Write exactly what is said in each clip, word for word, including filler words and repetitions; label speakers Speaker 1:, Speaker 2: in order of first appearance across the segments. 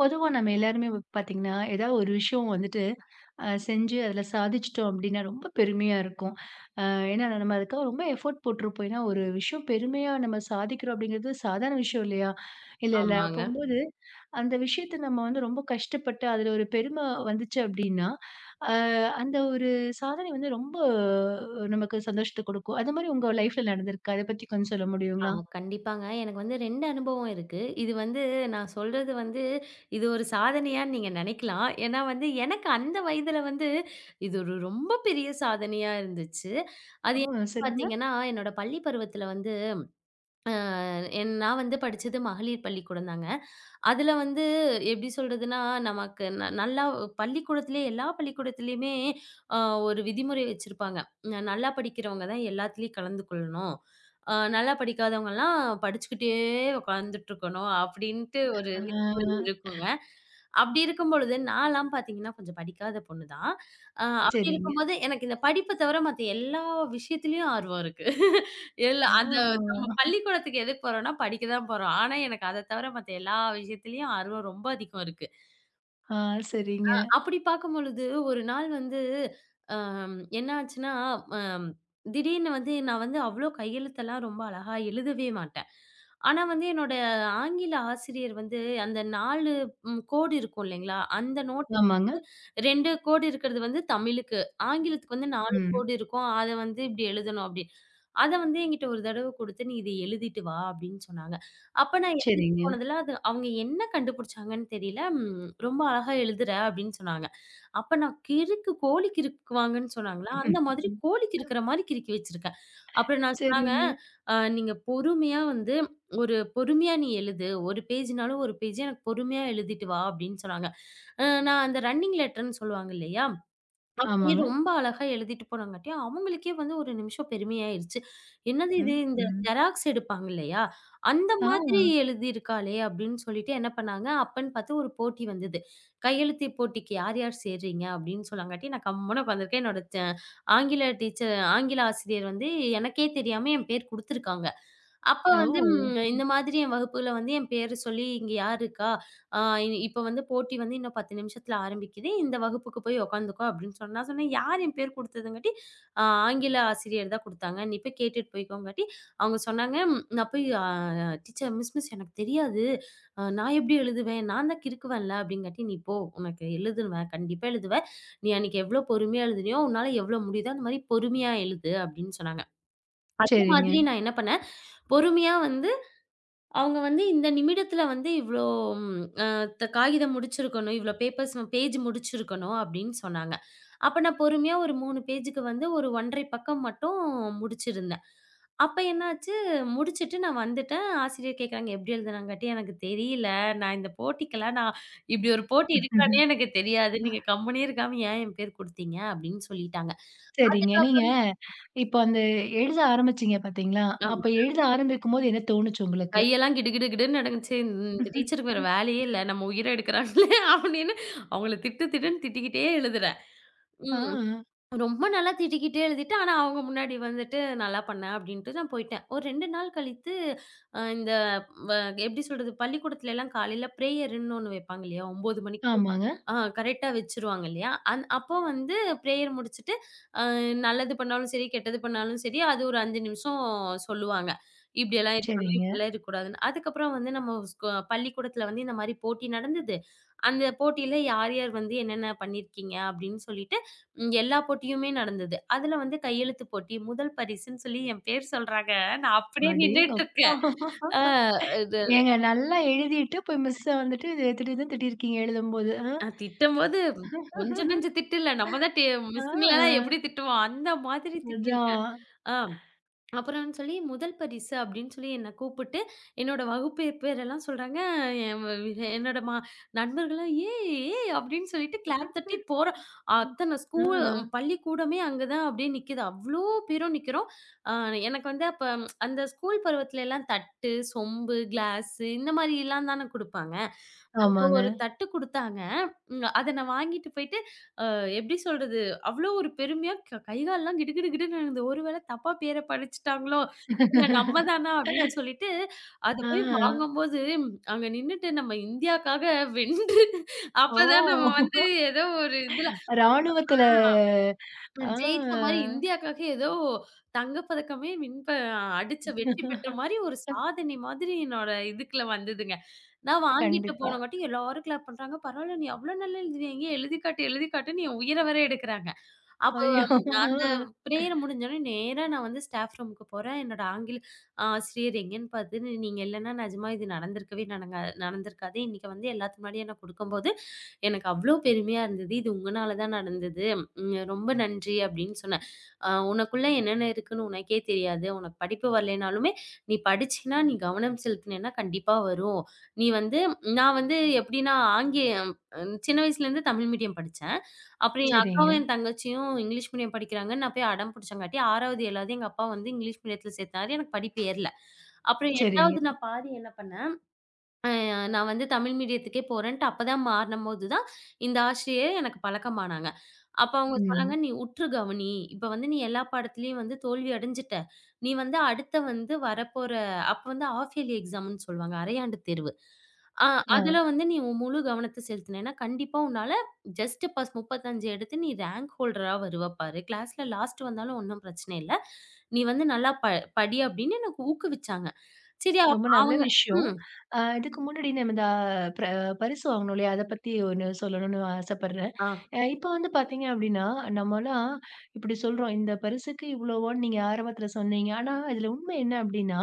Speaker 1: பொதுவா நம்ம எல்லாருமே வ பாத்தீங்கன்னா, ஏதாவது ஒரு விஷயம் வந்துட்டு அ செஞ்சு அதில சாதிச்சுட்டோம் அப்டின்னா, ரொம்ப பெருமையா இருக்கும். அ ஏன்னா நம்ம அதுக்காக ரொம்ப எஃபோர்ட் போட்டிருப்போம். ஏன்னா ஒரு விஷயம் பெருமையா நம்ம சாதிக்கிறோம் அப்படிங்கிறது சாதாரண விஷயம் இல்லையா? இல்ல, இல்ல.
Speaker 2: ஆமாங்க.
Speaker 1: அப்போம்போது அந்த விஷயத்த நம்ம வந்து ரொம்ப கஷ்டப்பட்டு அதில ஒரு பெருமை வந்துச்சு அப்படின்னா, அ அந்த ஒரு சாதனை வந்து ரொம்ப அஹ், நமக்கு சந்தோஷத்த குடுக்கும். அது மாரி உங்க லைஃப்ல நடந்திருக்கா? அத பத்தி கொஞ்சம் சொல்ல முடியுங்களா?
Speaker 2: ஆமா, கண்டிப்பாங்க. எனக்கு வந்து இரண்டு அனுபவம் இருக்கு. இது வந்து நான் சொல்றது வந்து, இது ஒரு சாதனையான்னு நீங்க நெனைக்கலாம். ஏன்னா வந்து எனக்கு அந்த வயதுல வந்து, இது ஒரு ரொம்ப பெரிய சாதனையா இருந்துச்சு. அது
Speaker 1: ஓ!
Speaker 2: என்னன்னு
Speaker 1: சொல்லுங்க.
Speaker 2: பாத்தீங்கன்னா, என்னோட பள்ளி பருவத்துல வந்து என் நான் வந்து படிச்சது மகளிர் பள்ளிக்கூடம்தாங்க. அதுல வந்து எப்படி சொல்றதுன்னா, நமக்கு ந நல்லா பள்ளிக்கூடத்திலே எல்லா பள்ளிக்கூடத்திலயுமே அ ஒரு விதிமுறை வச்சிருப்பாங்க. ந நல்லா படிக்கிறவங்க தான் எல்லாத்துலயும் கலந்து கொள்ளணும். அ நல்லா படிக்காதவங்கலாம் படிச்சுக்கிட்டே உட்காந்துட்டு இருக்கணும் அப்படின்ட்டு ஒரு விதிமுறை
Speaker 1: ஆ.
Speaker 2: இருக்குங்க. அப்படி இருக்கும்பொழுது நான்லாம் பார்த்தீங்கன்னா, கொஞ்சம் படிக்காத பொண்ணு தான். அ அப்படி
Speaker 1: சரிங்க.
Speaker 2: இருக்கும்போது எனக்கு இந்த படிப்ப தவிர மத்த எல்லா விஷயத்துலயும் ஆர்வம் இருக்கு. எல்லா
Speaker 1: ஆ.
Speaker 2: அந்த நம்ம பள்ளிக்கூடத்துக்கு எதுக்கு போறோம்னா, படிக்க தான் போறோம். ஆனா, எனக்கு அத தவிர மத்த எல்லா விஷயத்துலயும் ஆர்வம் ரொம்ப அதிகம் இருக்கு.
Speaker 1: ஆ. சரிங்க.
Speaker 2: அப்படி பார்க்கும் பொழுது, ஒரு நாள் வந்து அம் என்ன ஆச்சுன்னா, அம் திடீர்னு வந்து நான் வந்து அவ்ளோ கையெழுத்தெல்லாம் ரொம்ப அழகா எழுதவே மாட்டேன். ஆனா வந்து என்னோட ஆங்கில ஆசிரியர் வந்து அந்த நான்கு ம் கோடு இருக்கும் இல்லைங்களா? அந்த நோட்
Speaker 1: ஆமாங்க.
Speaker 2: இரண்டு கோடு இருக்கிறது வந்து தமிழுக்கு. ஆங்கிலத்துக்கு வந்து நான்கு
Speaker 1: ம்.
Speaker 2: கோடு இருக்கும். அத வந்து இப்படி எழுதணும் அப்படின்னு. அத வந்து என்கிட்ட ஒரு தடவ குடுத்து, "நீ இத எழுதிட்டு வா" அப்படின்னு சொன்னாங்க. அப்ப நான்
Speaker 1: சரிங்க.
Speaker 2: போனதுல அது அவங்க என்ன கண்டுபிடிச்சாங்கன்னு தெரியல. ம் ரொம்ப அழகா எழுதுற அப்டின்னு சொன்னாங்க. அப்ப நான் கிறுக்கு கோழி கிறுக்குவாங்கன்னு சொன்னாங்களா, அந்த மாதிரி கோழி கிறுக்குற மாரி கிறுக்கி வச்சிருக்கேன். அப்புறம் நான் சொன்னாங்க,
Speaker 1: சரிங்க.
Speaker 2: "அ நீங்க பொறுமையா வந்து ஒரு பொறுமையா நீ எழுது. ஒரு பேஜ்னாலும் ஒரு பேஜ் எனக்கு பொறுமையா எழுதிட்டு வா" அப்டின்னு சொன்னாங்க. அ நான் அந்த ரன்னிங் லெட்டர்ன்னு சொல்லுவாங்க இல்லையா? அப்படியே
Speaker 1: ஆமாங்க.
Speaker 2: ரொம்ப அழகா எழுதிட்டு போனாங்காட்டி, அவங்களுக்கே வந்து ஒரு நிமிஷம் பெருமையாயிருச்சு. என்னது இது
Speaker 1: ம்.
Speaker 2: இந்த
Speaker 1: ம்.
Speaker 2: ஜெராக்ஸ் எடுப்பாங்க இல்லையா? அந்த
Speaker 1: ஆ.
Speaker 2: மாதிரி எழுதியிருக்காளே அப்படின்னு சொல்லிட்டு என்ன பண்ணாங்க, அப்பன்னு பார்த்து ஒரு போட்டி வந்தது. கையெழுத்து போட்டிக்கு யார் யார் சேர்றீங்க அப்படின்னு சொன்னாங்காட்டி, நான் கம்முனு உட்காந்துருக்கேன். என்னோட ட ஆங்கில டீச்சர் ஆங்கில ஆசிரியர் வந்து எனக்கே தெரியாம என் பேர் குடுத்துருக்காங்க. அப்ப வந்து
Speaker 1: ஓ!
Speaker 2: ம் இந்த மாதிரி என் வகுப்புல வந்து என் பேர சொல்லி, "இங்க யார் இருக்கா? ஆ இனி இப்ப வந்து போட்டி வந்து இன்னும் பத்து நிமிஷத்துல ஆரம்பிக்குது. இந்த வகுப்புக்கு போய் உட்காந்துக்கோ" அப்படின்னு சொன்னா, நான் சொன்னேன் யார் என் பேர் குடுத்ததுங்காட்டி, ஆ ஆங்கில ஆசிரியர் தான் குடுத்தாங்க. நீ போய் கேட்டுட்டு போய்க்கோங்காட்டி, அவங்க சொன்னாங்க. ம், நான் போய் ஆ டீச்சர் மிஸ் மிஸ் எனக்கு தெரியாது. அ நான் எப்படி எழுதுவேன்? நான் தான் கிறுக்குவேன்ல அப்படிங்காட்டி, நீ போ உனக்கு எழுதுவேன் கண்டிப்பா எழுதுவ. நீ அன்னைக்கு எவ்வளோ பொறுமையா எழுதினியோ, உன்னால எவ்வளோ முடியுதோ அந்த மாரி பொறுமையா எழுது அப்படின்னு சொன்னாங்க. அதே
Speaker 1: சரிங்க.
Speaker 2: மாதிரி நான் என்ன பண்ணேன், பொறுமையா வந்து அவங்க வந்து இந்த நிமிடத்துல வந்து இவ்ளோ ம் அ த காகிதம் முடிச்சிருக்கணும். இவ்ளோ பேப்பர்ஸ் பேஜ் முடிச்சிருக்கணும் அப்படின்னு சொன்னாங்க. அப்ப நான் பொறுமையா ஒரு மூன்று பேஜுக்கு வந்து ஒரு 1 அரை பக்கம் மட்டும் முடிச்சிருந்தேன். அப்ப என்னாச்சு, முடிச்சுட்டு நான் வந்துட்டேன். ஆசிரியர் கேட்குறாங்க, "எப்படி எழுதுனாங்கட்டி?" "எனக்கு தெரியல. நான் இந்த போட்டிக்கெல்லாம் நான் இப்படி ஒரு போட்டி இருக்கான்னே எனக்கு தெரியாது. நீங்க கம்முனே இருக்காம ஏன் என் பேர் குடுத்தீங்க?" அப்படின்னு சொல்லிட்டாங்க.
Speaker 1: சரிங்க.
Speaker 2: இதுக்கப்
Speaker 1: நீங்க இப்போ அந்த எழுத ஆரம்பிச்சீங்க பார்த்தீங்களா? அப்ப எழுத ஆரம்பிக்கும்போது என்ன தோணுச்சு உங்களுக்கு?
Speaker 2: கையெல்லாம் கிடுகிடு கிடுன்னு நடுங்குச்சு. இந்த டீச்சருக்கு வேற வேலையே இல்ல. நம்ம உயிர எடுக்குறாங்களே அப்படின்னு அவங்கள திட்டு திட்டுன்னு திட்டிக்கிட்டே எழுதுறேன்.
Speaker 1: ஆ.
Speaker 2: ம். ரொம்ப நல்லா திட்டிக்கிட்டே எழுதிட்டேன். ஆனா, அவங்க முன்னாடி வந்துட்டு நல்லா பண்ண அப்படின்ட்டு நான் போயிட்டேன். ஒரு இரண்டு நாள் கழித்து அ இந்த வ எப்படி சொல்றது? பள்ளிக்கூடத்துலலாம் காலையில பிரேயர்ன்னு ஒண்ணு வைப்பாங்க இல்லையா? ஒன்பது மணிக்கு.
Speaker 1: ஆமாங்க.
Speaker 2: ஆ கரெக்ட்டா வச்சுருவாங்க இல்லையா? அந் அப்போ வந்து பிரேயர் முடிச்சுட்டு நல்லது பண்ணாலும் சரி, கெட்டது பண்ணாலும் சரி, அது ஒரு ஐந்து நிமிஷம் சொல்லுவாங்க. இப்படியெல்லாம் இருக்கணும்,
Speaker 1: சரிங்க.
Speaker 2: இப்படியெல்லாம் இருக்கக்கூடாதுன்னு. அதுக்கப்புறம் வந்து நம்ம ஸ்கூ பள்ளிக்கூடத்தில வந்து இந்த மாரி போட்டி நடந்தது. அந்த போட்டியில யார் யார் வந்து என்னென்ன பண்ணியிருக்கீங்க அப்படின்னு சொல்லிட்டு, ம் எல்லா போட்டியுமே நடந்தது. அதில வந்து கையெழுத்து போட்டி முதல் பரிசுன்னு சொல்லி என் பேர் சொல்றாங்க. நான் அப்படியே
Speaker 1: அடேங்கப்பா!
Speaker 2: நின்னுட்டுருக்கேன். ஆ இது
Speaker 1: ஏங்க நல்லா எழுதிட்டு போய் மிஸ்ஸ வந்துட்டு திடீர்னு திட்டியிருக்கீங்க எழுதும்போது. ஆ.
Speaker 2: நான் திட்டும்போது கொஞ்சம் நஞ்சம் திட்டு இல்ல. நம்ம தான் டீ மிஸ்ஸுங்களலாம்
Speaker 1: ஆ.
Speaker 2: எப்படி திட்டுவோம், அந்த மாதிரி திட்டியிருக்கேன்.
Speaker 1: அதான்.
Speaker 2: ஆ அப்புறம்னு சொல்லி முதல் பரிசு அப்படின்னு சொல்லி என்ன கூப்பிட்டு, என்னோட வகுப்பு பேரெல்லாம் சொல்றாங்க. என் வ வி- என்னோட மா நண்பர்கள்லாம் "ஏய்! ஏய்!" அப்படின்னு சொல்லிட்டு கிளாப் தட்டி போறோம். அத்தன ஸ்கூல்
Speaker 1: ம்.
Speaker 2: பள்ளிக்கூடமே அங்க தான் அப்படியே நிக்குது. அவ்ளோ பேரும் நிக்கிறோம். அ எனக்கு வந்து அப்ப ம், அந்த ஸ்கூல் பருவத்திலலாம் தட்டு, சொம்பு, கிளாஸு இந்த மாரிலாம் தானே குடுப்பாங்க. அந்த
Speaker 1: ஆமாங்க.
Speaker 2: ஒரு தட்டு குடுத்தாங்க. ம் அத நான் வாங்கிட்டு போயிட்டு, அ எப்படி சொல்றது? அவ்ளோ ஒரு பெருமையா க கை கால்லாம் கிடு கிடு கிடுன்னு நடுங்குது. ஒரு வேள தப்பா பேர படிச்சுட்டாங்களோ? இல்ல நம்ம தானா? அப்படின்னு சொல்லிட்டு, அத
Speaker 1: ஆ.
Speaker 2: போய் வாங்கும்போது, அங்க நின்னுட்டு நம்ம இந்தியாக்காக வென்று அப்பதான் நம்ம
Speaker 1: ஓ!
Speaker 2: வந்து ஏதோ ஒரு இதுல
Speaker 1: ராணுவத்துல.
Speaker 2: அ
Speaker 1: ஆ.
Speaker 2: ஜெயிச்ச மாரி இந்தியாக்காக ஏதோ தங்கப்பதக்கமே வின் ப அடிச்ச வெற்றி பெற்ற மாரி ஒரு சாதனை மாதிரி என்னோட இதுக்குள்ள வந்ததுங்க. நான் வாங்கிட்டு
Speaker 1: கண்டிப்பா.
Speaker 2: போனங்காட்டி எல்லாரும் கிளாப் பண்றாங்க. "பரவால்ல நீ அவ்ளோ நல்லா எழுதுவியா? இங்கேயே எழுதி காட்டு, எழுதி காட்டுன்னு" என் உயிர வேற எடுக்குறாங்க.
Speaker 1: ஐயோ!
Speaker 2: நான் அந்த
Speaker 1: ஆ.
Speaker 2: பிரேயர் முடிஞ்சோனே நேரா நான் வந்து ஸ்டாஃப் ரூமுக்கு போறேன். என்னோட ஆங்கில ஆசிரியர் எங்கேன்னு பார்த்து, "நீங்க இல்லன்னா நிஜமா இது நடந்திருக்கவே நடங்கா நடந்திருக்காது. இன்னைக்கு வந்து எல்லாத்து முன்னாடியும் நான் குடுக்கும்போது, எனக்கு அவ்ளோ பெருமையா இருந்தது. இது உங்கனால தான் நடந்தது. ம் ரொம்ப நன்றி" அப்படின்னு சொன்னேன். "அ உனக்குள்ள என்னென்ன இருக்குன்னு உனக்கே தெரியாது. உனக்கு படிப்பு வரலைனாலுமே, நீ படிச்சீன்னா, நீ கவனம் செலுத்துனேன்னா கண்டிப்பா வரும். நீ வந்து" நான் வந்து எப்படின்னா ஆங்கிலம் சின்ன வயசுலேருந்து தமிழ் மீடியம் படிச்சேன். அப்படி
Speaker 1: சரிங்க,
Speaker 2: அக்காவும், என் தங்கச்சியும் இங்கிலீஷ் மீடியம் படிக்கிறாங்கன்னு நான் போய் அடம் பிடிச்சங்காட்டி 6வது, 7வது எங்க அப்பா வந்து இங்கிலீஷ் மீடியத்தில சேர்த்தாரு. எனக்கு படிப்பு ஏறல. அப்புறம்
Speaker 1: சரிங்க.
Speaker 2: 8வது நான் பாதி என்ன பண்ணேன், அஹ் நான் வந்து தமிழ் மீடியத்துக்கே போறேன்ட்டு அப்பதான் மாறுனம்போது தான், இந்த ஆசிரியர் எனக்கு பழக்கமானாங்க. அப்ப அவங்க சொன்னாங்க,
Speaker 1: ம்.
Speaker 2: "நீ உற்று கவனி. இப்ப வந்து நீ எல்லா பாடத்திலயும் வந்து தோல்வி அடைஞ்சுட்ட. நீ வந்து அடுத்த வந்து வரப்போற" அப்ப வந்து ஹால்ஃப் இயர்லி எக்ஸாம்ன்னு சொல்லுவாங்க. அரையாண்டு தேர்வு. அ அதுல
Speaker 1: ஆ.
Speaker 2: வந்து நீ உன் முழு கவனத்த செலுத்தினேன்னா, கண்டிப்பா உன்னால ஜஸ்ட் பாஸ் முப்பத்தி ஐந்து எடுத்து நீ ரேங்க் ஹோல்டரா வருவ பாரு. கிளாஸ்ல லாஸ்ட் வந்தாலும் ஒண்ணும் பிரச்சனை இல்ல. நீ வந்து நல்லா ப படி அப்படின்னு எனக்கு ஊக்குவிச்சாங்க. சரி, அப்
Speaker 1: ரொம்ப நல்ல
Speaker 2: அவங்க
Speaker 1: விஷயம்.
Speaker 2: ம்.
Speaker 1: அ இதுக்கு முன்னாடி நம்ம இந்த பிர பரிசு வாங்குனோம் இல்லையா? அத பத்தி ஒண்ணு சொல்லணும்னு ஆசைப்படுறேன்.
Speaker 2: ஆ
Speaker 1: அ இப்ப வந்து பார்த்தீங்க அப்டின்னா, நம்மலாம் இப்டி சொல்றோம். இந்த பரிசுக்கு இவ்வளோவான்னு நீங்க ஆரம்பத்துல சொன்னீங்க. ஆனா இதுல உண்மை என்ன அப்டின்னா,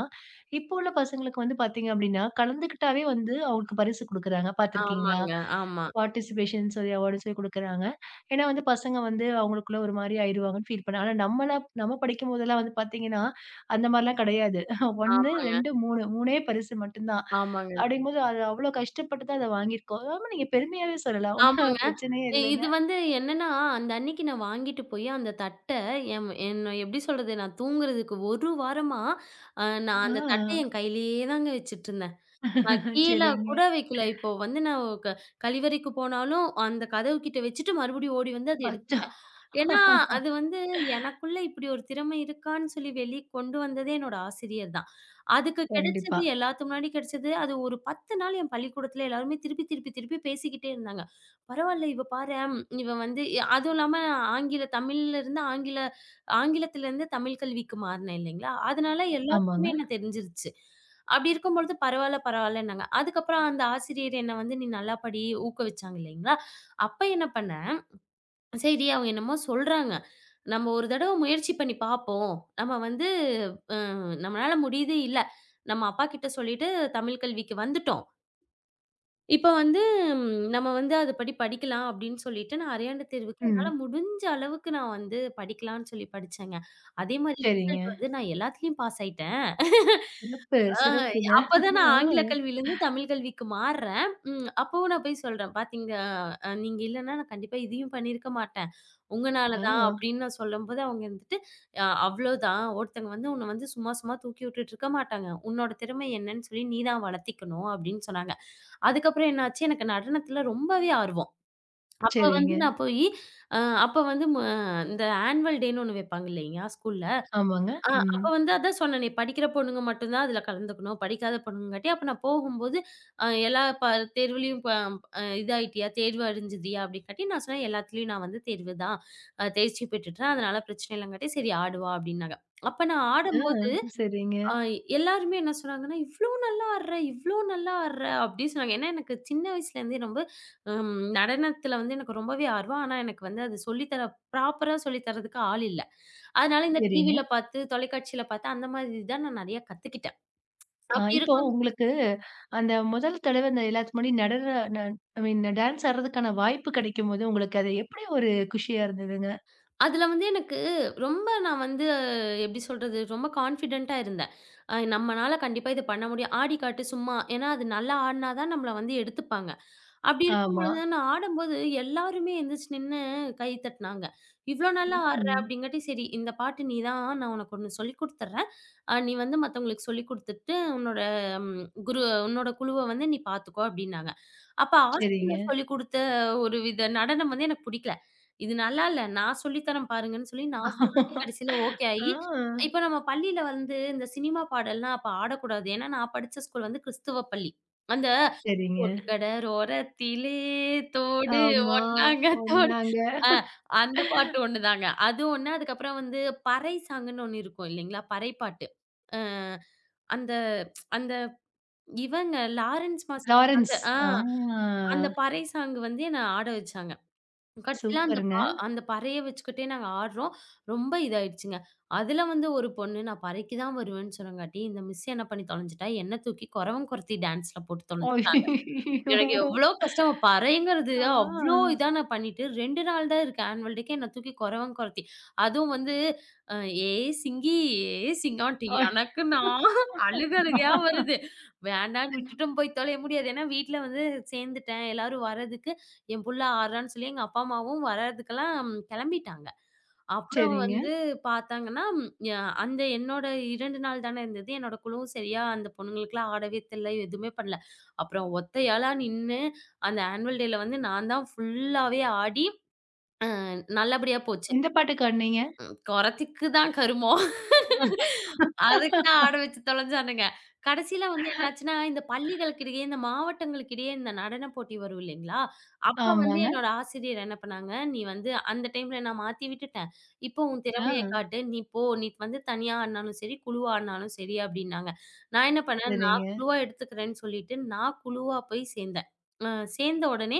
Speaker 1: இப்போ உள்ள பசங்களுக்கு வந்து பார்த்தீங்க அப்டின்னா, கலந்துக்கிட்டாவே வந்து அவங்களுக்கு பரிசு குடுக்குறாங்க. பார்த்துருக்கீங்களா?
Speaker 2: ஆமாங்க. ஆமா.
Speaker 1: பார்ட்டிசிபேஷன் சொல்லி அவார்ட்ஸே குடுக்குறாங்க. ஏன்னா வந்து பசங்க வந்து அவங்களுக்குள்ள ஒரு மாரி ஆயிருவாங்கன்னு ஃபீல் பண்ணேன். ஆனா நம்மளா நம்ம படிக்கும்போதெல்லாம் வந்து பார்த்தீங்கன்னா, அந்த மாரிலாம் கிடையாது. ஒன்று,
Speaker 2: ஆமாங்க.
Speaker 1: இரண்டு, மூன்று மூன்று பரிசு மட்டும் தான்.
Speaker 2: ஆமாங்க.
Speaker 1: அப்படிங்கும்போது அது அவ்ளோ கஷ்டப்பட்டு தான் அத வாங்கியிருக்கோம். ஆமா நீங்க பெருமையாவே சொல்லலாம். ஒண்ணும்
Speaker 2: ஆமாங்க.
Speaker 1: பிரச்சனையே
Speaker 2: இ
Speaker 1: இல்லைங்க.
Speaker 2: இது வந்து என்னன்னா, அந்த அன்னைக்கு நான் வாங்கிட்டு போய் அந்த தட்ட எம் என்ன எப்படி சொல்றது? நான் தூங்குறதுக்கு ஒரு வாரமா, அ நான்
Speaker 1: ஆ.
Speaker 2: அந்த தட்ட என் கையிலேயே தாங்க வச்சுட்டு இருந்தேன். கீழ
Speaker 1: சரிங்க.
Speaker 2: கூட வைக்கல. இப்போ வந்து நான் க கழிவறைக்கு போனாலும் அந்த கதவு கிட்ட வச்சுட்டு மறுபடியும் ஓடி வந்து அத
Speaker 1: அச்சோ!
Speaker 2: எடுத்துப்பேன். ஏன்னா, அது வந்து எனக்குள்ள இப்படி ஒரு திறமை இருக்கான்னு சொல்லி வெளிய கொண்டு வந்ததே என்னோட ஆசிரியர் தான். அதுக்கு
Speaker 1: கண்டிப்பா.
Speaker 2: கிடைச்சது எல்லாத்து முன்னாடி கிடைச்சது. அது ஒரு பத்து நாள் என் பள்ளிக்கூடத்துல எல்லாருமே திருப்பி, திருப்பி, திருப்பி பேசிக்கிட்டே இருந்தாங்க. "பரவால்ல இவ பாரேன், இவ வந்து" இ- அதுவும் இல்லாம ஆங்கில தமிழ்லருந்து ஆங்கில ஆங்கிலத்திலருந்து தமிழ் கல்விக்கு மாறுனேன் இல்லைங்களா? அதனால
Speaker 1: ஆமாங்க.
Speaker 2: எல்லாத்துக்குமே என்ன தெரிஞ்சிருச்சு. அப்படி இருக்கும்பொழுது பரவால்ல, பரவால்லன்னாங்க. அதுக்கப்புறம் அந்த ஆசிரியர் என்ன வந்து, "நீ நல்லா படி" ஊக்குவிச்சாங்க இல்லைங்களா? அப்ப என்ன பண்ணேன், சரி அவங்க என்னமோ சொல்றாங்க. நம்ம ஒரு தடவ முயற்சி பண்ணி பார்ப்போம். நம்ம வந்து நம்மளால முடியுது இல்ல. நம்ம அப்பா கிட்ட சொல்லிட்டு தமிழ் கல்விக்கு வந்துட்டோம். இப்ப வந்து ம், நம்ம வந்து அதுபடி படிக்கலாம் அப்படின்னு சொல்லிட்டு, நான் அரையாண்டு தேர்வுக்கு என்னால
Speaker 1: ம்.
Speaker 2: முடிஞ்ச அளவுக்கு நான் வந்து படிக்கலான்னு சொல்லி படிச்சேங்க. அதே மாரி
Speaker 1: சரிங்க.
Speaker 2: ரிசல்ட் வந்து நான் எல்லாத்துலயும் பாஸ் ஆயிட்டேன்.
Speaker 1: சிறப்பு,
Speaker 2: ஆ
Speaker 1: சிறப்புங்க.
Speaker 2: அப்பதான் நான் ஆங்கில கல்வியிலருந்து தமிழ் கல்விக்கு மாறுறேன். ம் அப்பவும் நான் போய் சொல்றேன். "பாத்தீங்க அ நீங்க இல்லன்னா நான் கண்டிப்பா இதையும் பண்ணியிருக்க மாட்டேன். உங்கனால
Speaker 1: ஆ,
Speaker 2: தான்"
Speaker 1: ஆ.
Speaker 2: அப்படின்னு நான் சொல்லும்போது அவங்க இருந்துட்டு, "அ அவ்ளோதான். ஒருத்தங்க வந்து உன்ன வந்து சும்மா சும்மா தூக்கி விட்டுட்டு இருக்க மாட்டாங்க. உன்னோட திறமை என்னன்னு சொல்லி நீ தான் வளர்த்திக்கணும்" அப்படின்னு சொன்னாங்க. அதுக்கப்புறம் என்னாச்சு எனக்கு நடனத்துல ரொம்பவே ஆர்வம். அப்ப வந்து
Speaker 1: சரிங்க.
Speaker 2: நான் போயி, அ அப்ப வந்து ம இந்த ஆனுவல் டேன்னு ஒண்ணு வைப்பாங்க இல்லைங்களா? ஸ்கூல்ல.
Speaker 1: ஆமாங்க.
Speaker 2: ஆ
Speaker 1: ம்.
Speaker 2: அப்ப வந்து அதான் சொன்னேனே, படிக்கிற பொண்ணுங்க மட்டும் தான் அதுல கலந்துக்கணும். படிக்காத பொண்ணுங்கங்காட்டி, அப்ப நான் போகும்போது, அ எல்லா ப தேர்வுலயும் ப அ இதாயிட்டியா? தேர்வு அடைஞ்சுதியா? அப்படிங்காட்டி நான் சொன்னேன், எல்லாத்துலயும் நான் வந்து தேர்வு தான். அ தேர்ச்சி பெற்றுட்டேன். அதனால பிரச்சனை இல்லங்காட்டி, சரி ஆடுவா அப்படின்னாங்க. அப்ப நான்
Speaker 1: ஆ.
Speaker 2: ஆடும்போது,
Speaker 1: சரிங்க,
Speaker 2: அ எல்லாருமே என்ன சொன்னாங்கன்னா, "இவ்ளோ நல்லா ஆடுற! இவ்ளோ நல்லா ஆடுற!" அப்படின்னு சொன்னாங்க. ஏன்னா எனக்கு சின்ன வயசுலேருந்தே ரொம்ப ம் நடனத்துல வந்து எனக்கு ரொம்பவே ஆர்வம். ஆனா எனக்கு வந்து அது சொல்லி தர ப்ராப்பரா சொல்லி தரதுக்கு ஆள் இல்ல. அதனால இந்த
Speaker 1: சரிங்க.
Speaker 2: டிவில பார்த்து, தொலைக்காட்சியில பார்த்து அந்த மாதிரி தான் நான் நெறைய கத்துக்கிட்டேன்.
Speaker 1: ஆ
Speaker 2: அப்படி
Speaker 1: இப்போ
Speaker 2: இருக்கும்
Speaker 1: உங்களுக்கு அந்த முதல் தடவ அந்த எல்லாத்துக்கு முன்னாடி நடன ந ஐ மீன் டான்ஸ் ஆடுறதுக்கான வாய்ப்பு கிடைக்கும்போது, உங்களுக்கு அது எப்படி ஒரு குஷியா இருந்ததுங்க?
Speaker 2: அதுல வந்து எனக்கு ரொம்ப நான் வந்து எப்படி சொல்றது? ரொம்ப கான்ஃபிடென்ட்டா இருந்தேன். அ நம்மனால கண்டிப்பா இது பண்ண முடியும். ஆடி காட்டு சும்மா. ஏன்னா அது நல்லா ஆடுனா தான் நம்மள வந்து எடுத்துப்பாங்க. அப்படி
Speaker 1: ஆமா.
Speaker 2: இருக்கும்பொழுது நான் ஆடும்போது எல்லாருமே எந்திரிச்சு நின்னு கை தட்டினாங்க. "இவ்ளோ நல்லா ஆடுற"
Speaker 1: ம்.
Speaker 2: அப்படிங்காட்டி, "சரி இந்த பாட்டு நீ தான். நான் உனக்கு ஒண்ணு சொல்லிக் குடுத்துர்றேன். அ நீ வந்து மத்தவங்களுக்கு சொல்லிக் குடுத்துட்டு உன்னோட ம் குரு உன்னோட குழுவ வந்து நீ பார்த்துக்கோ" அப்படின்னாங்க. அப்ப
Speaker 1: சரிங்க.
Speaker 2: ஆசிரியர் சொல்லிக் குடுத்த ஒரு வித நடனம் வந்து எனக்கு புடிக்கல. இது நல்லா இல்ல. நான் சொல்லி தரேன் பாருங்கன்னு சொல்லி நான் சொன்னதே கடைசியில ஓகே ஆயி,
Speaker 1: ஆ.
Speaker 2: இப்ப நம்ம பள்ளியில வந்து இந்த சினிமா பாடல்லாம் அப்ப ஆடக்கூடாது. ஏன்னா நான் படிச்ச ஸ்கூல் வந்து கிறிஸ்துவ பள்ளி. அந்த
Speaker 1: சரிங்க.
Speaker 2: "பொட்டுக்கட ரோரத்திலே தோடு
Speaker 1: ஆமா.
Speaker 2: ஒன்னாங்க தோடு"
Speaker 1: ஒண்ணாங்க.
Speaker 2: ஆ அந்த பாட்டு ஒண்ணுதாங்க. அது ஒண்ணு. அதுக்கப்புறம் வந்து பறை சாங்குன்னு ஒண்ணு இருக்கும் இல்லீங்களா? பறை பாட்டு. அ அந்த அந்த இவங்க லாரன்ஸ் மாஸ்டர்
Speaker 1: லாரன்ஸ்.
Speaker 2: வந்து ஆ
Speaker 1: ஆ.
Speaker 2: அந்த பறை சாங் வந்து என்ன ஆட வச்சாங்க. கடைசியில அந்த
Speaker 1: சூப்பருங்க.
Speaker 2: பா அந்த பறைய வச்சுக்கிட்டே நாங்க ஆடுறோம். ரொம்ப இதாயிடுச்சுங்க. அதுல வந்து ஒரு பொண்ணு நான் பறைக்கு தான் வருவேன்னு சொன்னங்காட்டி, இந்த மிஸ் என்ன பண்ணி தொலைஞ்சுட்டா, என்ன தூக்கி கொரவன் கொரத்தி டான்ஸ்ல போட்டு தொலைஞ்சுட்டா.
Speaker 1: ஐயய்யோ!
Speaker 2: எனக்கு எவ்ளோ கஷ்டம் பறைங்கிறது அவ்ளோ
Speaker 1: ஆ.
Speaker 2: இதா நான் பண்ணிட்டு இரண்டு நாள் தான் இருக்கு ஆனுவல் டேக்கே என்ன தூக்கி கொரவன் கொரத்தி. அதுவும் வந்து அ "ஏய் சிங்கி, ஏய் சிங்காண்டி"
Speaker 1: ஐ-
Speaker 2: எனக்கு நான் அழுக அழுகையா வருது. வேண்டான்னு விட்டுட்டும் போய் தொலைய முடியாது. ஏன்னா வீட்ல வந்து சேர்ந்துட்டேன். எல்லாரும் வரதுக்கு என் புள்ள ஆடுறான்னு சொல்லி எங்க அப்பா, அம்மாவும் வரதுக்கெல்லாம் கிளம்பிட்டாங்க. அப்புறம்
Speaker 1: சரிங்க.
Speaker 2: வந்து பார்த்தாங்கன்னா, ம், ய அந்த என்னோட இரண்டு நாள் தானே இருந்தது. என்னோட குழுவும் சரியா அந்த பொண்ணுங்களுக்கெல்லாம் ஆடவே தெரியல, எதுவுமே பண்ணல. அப்புறம் ஒத்தையாளா நின்னு அந்த ஆனுவல் டேல வந்து நான் தான் ஃபுல்லாவே ஆடி அ நல்லபடியா போச்சு.
Speaker 1: எந்த பாட்டுக்கு ஆடுனீங்க?
Speaker 2: ம். கொறச்சுக்கு தான் கருமம். அதுக்கு தான் ஆட வச்சு தொலைஞ்சானுங்க. கடைசியில வந்து என்னாச்சுன்னா, இந்த பள்ளிகளுக்கிடையே, இந்த மாவட்டங்களுக்கிடையே இந்த நடன போட்டி வரும் இல்லைங்களா? அப்ப வந்து
Speaker 1: ஆமாங்க.
Speaker 2: என்னோட ஆசிரியர் என்ன பண்ணாங்க, "நீ வந்து அந்த டைம்ல நான் மாத்தி விட்டுட்டேன். இப்போ உன்
Speaker 1: ஆ.
Speaker 2: திறமைய காட்டு. நீ போ. நீ வந்து தனியா ஆடுனாலும் சரி, குழுவா ஆடுனாலும் சரி" அப்படின்னாங்க. நான் என்ன பண்ணேன், நான்
Speaker 1: சரிங்க.
Speaker 2: குழுவா எடுத்துக்கிறேன்னு சொல்லிட்டு, நான் குழுவா போய் சேர்ந்தேன். அ சேர்ந்த உடனே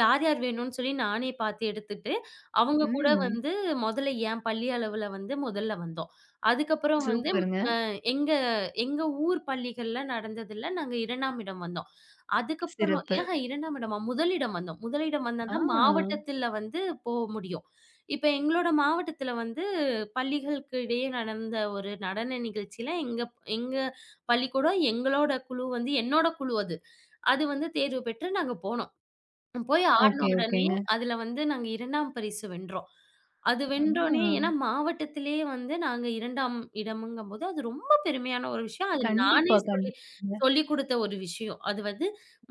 Speaker 2: யார் யார் வேணும்னு சொல்லி நானே பார்த்து எடுத்துட்டு, அவங்க கூட
Speaker 1: ம்.
Speaker 2: வந்து முதல்ல என் பள்ளி அளவுல வந்து முதல்ல வந்தோம். அதுக்கப்புறம் வந்து
Speaker 1: சூப்பருங்க.
Speaker 2: ம- எங்க எங்க ஊர் பள்ளிகள்ல நடந்ததுல நாங்க 2ஆம் இடம் வந்தோம். அதுக்கப்புறம்
Speaker 1: சிறப்பு.
Speaker 2: ஆஹா 2ஆம் இடமா, முதலிடம் வந்தோம். முதலிடம் வந்தா
Speaker 1: ஆ.
Speaker 2: தான் மாவட்டத்தில வந்து போ முடியும். இப்ப எங்களோட மாவட்டத்தில வந்து பள்ளிகளுக்கு இடையே நடந்த ஒரு நடன நிகழ்ச்சியில எங்க எங்க பள்ளிக்கூடம், எங்களோட குழு வந்து என்னோட குழு அது. அது வந்து தேர்வு பெற்று நாங்க போனோம். போய் ஆடுன
Speaker 1: ஓகே,
Speaker 2: உடனே,
Speaker 1: ஓகேங்க.
Speaker 2: அதுல வந்து நாங்க 2ஆம் பரிசு வென்றோம். அது
Speaker 1: ஆ.
Speaker 2: வென்றோனே ஏன்னா மாவட்டத்திலேயே வந்து நாங்க 2ஆம் இடம்ங்கும்போது, அது ரொம்ப பெருமையான ஒரு விஷயம். அது நானே
Speaker 1: கண்டிப்பா,
Speaker 2: சொல்லி
Speaker 1: கண்டிப்பாங்க.
Speaker 2: சொல்லிக் குடுத்த ஒரு விஷயம். அது வந்து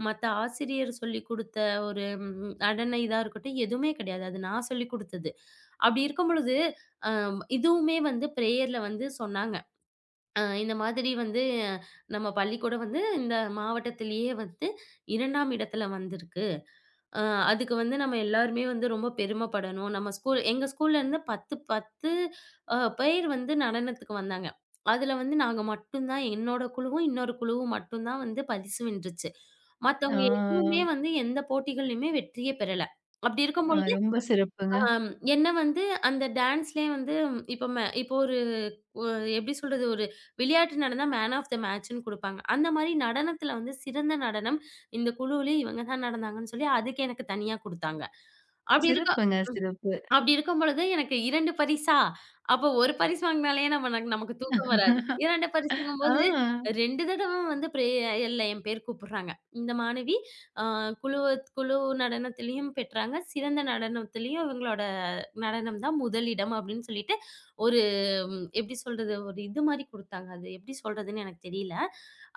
Speaker 2: மத்த ஆசிரியர் சொல்லிக் குடுத்த ஒரு ம் நடன இதா இருக்கட்டும், எதுவுமே கிடையாது. அது நான் சொல்லிக் குடுத்தது. அப்படி இருக்கும் பொழுது, இதுவுமே வந்து பிரேயர்ல வந்து சொன்னாங்க. அ இந்த மாதிரி வந்து நம்ம பள்ளிக்கூடம் வந்து இந்த மாவட்டத்திலேயே வந்து 2ஆம் இடத்துல வந்திருக்கு. அ அதுக்கு வந்து நம்ம எல்லாருமே வந்து ரொம்ப பெருமைப்படணும். நம்ம ஸ்கூல் எங்க ஸ்கூல்ல இருந்து பத்து பத்து அ பேர் வந்து நடனத்துக்கு வந்தாங்க. அதுல வந்து நாங்க மட்டும் தான் என்னோட குழுவும், இன்னொரு குழுவும் மட்டும் தான் வந்து பரிசு வென்றுச்சு.
Speaker 1: ஆ,
Speaker 2: மத்தவங்க எதுவுமே வந்து எந்த போட்டிகள்லயுமே வெற்றியே பெறல. அப்படி இருக்கும்
Speaker 1: ஆ
Speaker 2: பொழுது
Speaker 1: ரொம்ப சிறப்புங்க.
Speaker 2: என்ன வந்து அந்த டான்ஸ்லயே வந்து இப்ப ம இப்போ ஒரு ஒ எப்படி சொல்றது? ஒரு விளையாட்டு நடந்தா மேன் ஆஃப் த மேட்ச்சுன்னு குடுப்பாங்க. அந்த மாரி நடனத்துல வந்து சிறந்த நடனம் இந்த குழுவுலயே இவங்க தான் நடந்தாங்கன்னு சொல்லி அதுக்கு எனக்கு தனியா குடுத்தாங்க. அப்படி இருக்க
Speaker 1: சிறப்புங்க, சிறப்பு.
Speaker 2: அப்படி இருக்கும் பொழுது எனக்கு இரண்டு பரிசா? அப்போ ஒரு பரிசு வாங்கினாலே நம்ம ந நமக்கு தூக்கம் வராது. இரண்டு பரிசுங்கும்போது
Speaker 1: ஆ.
Speaker 2: இரண்டு தடவ வந்து பிரேயர்ல என் பேர் கூப்பிடுறாங்க. இந்த மாணவி அ குழு குழு நடனத்திலயும் பெற்றாங்க. சிறந்த நடனத்திலயும் இவங்களோட நடனம் தான் முதலிடம் அப்படின்னு சொல்லிட்டு ஒரு ம், எப்படி சொல்றது? ஒரு இது மாரி குடுத்தாங்க. அது எப்படி சொல்றதுன்னு எனக்கு தெரியல.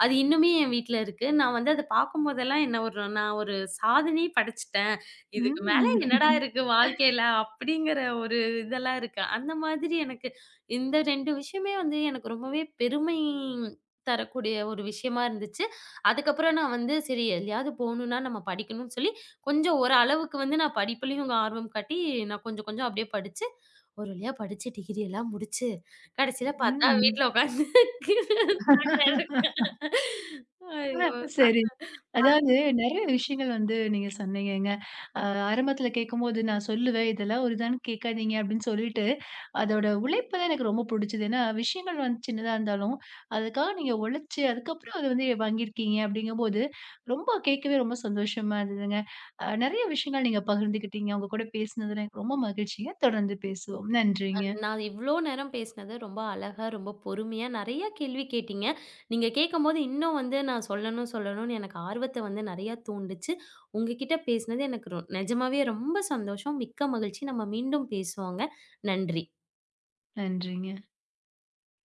Speaker 2: அது இன்னுமே என் வீட்ல இருக்கு. நான் வந்து அத பார்க்கும்போதெல்லாம் என்ன ஒரு நான் ஒரு சாதனை படைச்சுட்டேன். இதுக்கு மேல
Speaker 1: ம்.
Speaker 2: என்னடா இருக்கு வாழ்க்கையில அப்படிங்கிற ஒரு இதெல்லாம் இருக்கு. அந்த மாதிரி எனக்கு இந்த இரண்டு விஷயமே வந்து எனக்கு ரொம்பவே பெருமை தரக்கூடிய ஒரு விஷயமா இருந்துச்சு. அதுக்கப்புறம் நான் வந்து சரி எதுலயாவது போணும்னா நம்ம படிக்கணும்னு சொல்லி, கொஞ்சம் ஒரு அளவுக்கு வந்து நான் படிப்புலயும் ஆர்வம் காட்டி நான் கொஞ்சம் கொஞ்சம் அப்படியே படிச்சு, ஒரு வழியா படிச்சு டிகிரி எல்லாம் முடிச்சு, கடைசியில பார்த்தா
Speaker 1: ம்.
Speaker 2: வீட்ல உட்காந்து
Speaker 1: ஆ.
Speaker 2: ஐயோ!
Speaker 1: சரி. அதாவது நெறைய விஷயங்கள் வந்து நீங்க சொன்னீங்கங்க. அ ஆரம்பத்துல கேட்கும்போது நான் சொல்லுவேன், இதெல்லாம் ஒரு இதான்னு கேட்காதீங்க அப்படின்னு சொல்லிட்டு, அதோட உழைப்பு தான் எனக்கு ரொம்ப புடிச்சது. ஏன்னா விஷயங்கள் வந்து சின்னதா இருந்தாலும், அதுக்காக நீங்க உழைச்சு, அதுக்கப்புறம் அத வந்து வாங்கியிருக்கீங்க அப்படிங்கும்போது, ரொம்ப கேட்கவே ரொம்ப சந்தோஷமா இருந்ததுங்க. அ நெறைய விஷயங்கள் நீங்க பகிர்ந்துக்கிட்டீங்க. உங்க கூட பேசினதுல எனக்கு ரொம்ப மகிழ்ச்சிங்க. தொடர்ந்து பேசுவோம். நன்றிங்க.
Speaker 2: நான் இவ்ளோ நேரம் பேசினது ரொம்ப அழகா, ரொம்ப பொறுமையா நெறைய கேள்வி கேட்டீங்க. நீங்க கேட்கும்போது இன்னும் வந்து நான் சொல்லணும், சொல்லணும்னு எனக்கு ஆர்வத்த வந்து நெறையா தூண்டுச்சு. உங்ககிட்ட பேசினது எனக்கு ரொ நெஜமாவே ரொம்ப சந்தோஷம். மிக்க மகிழ்ச்சி. நம்ம மீண்டும் பேசுவோங்க. நன்றி.
Speaker 1: நன்றிங்க.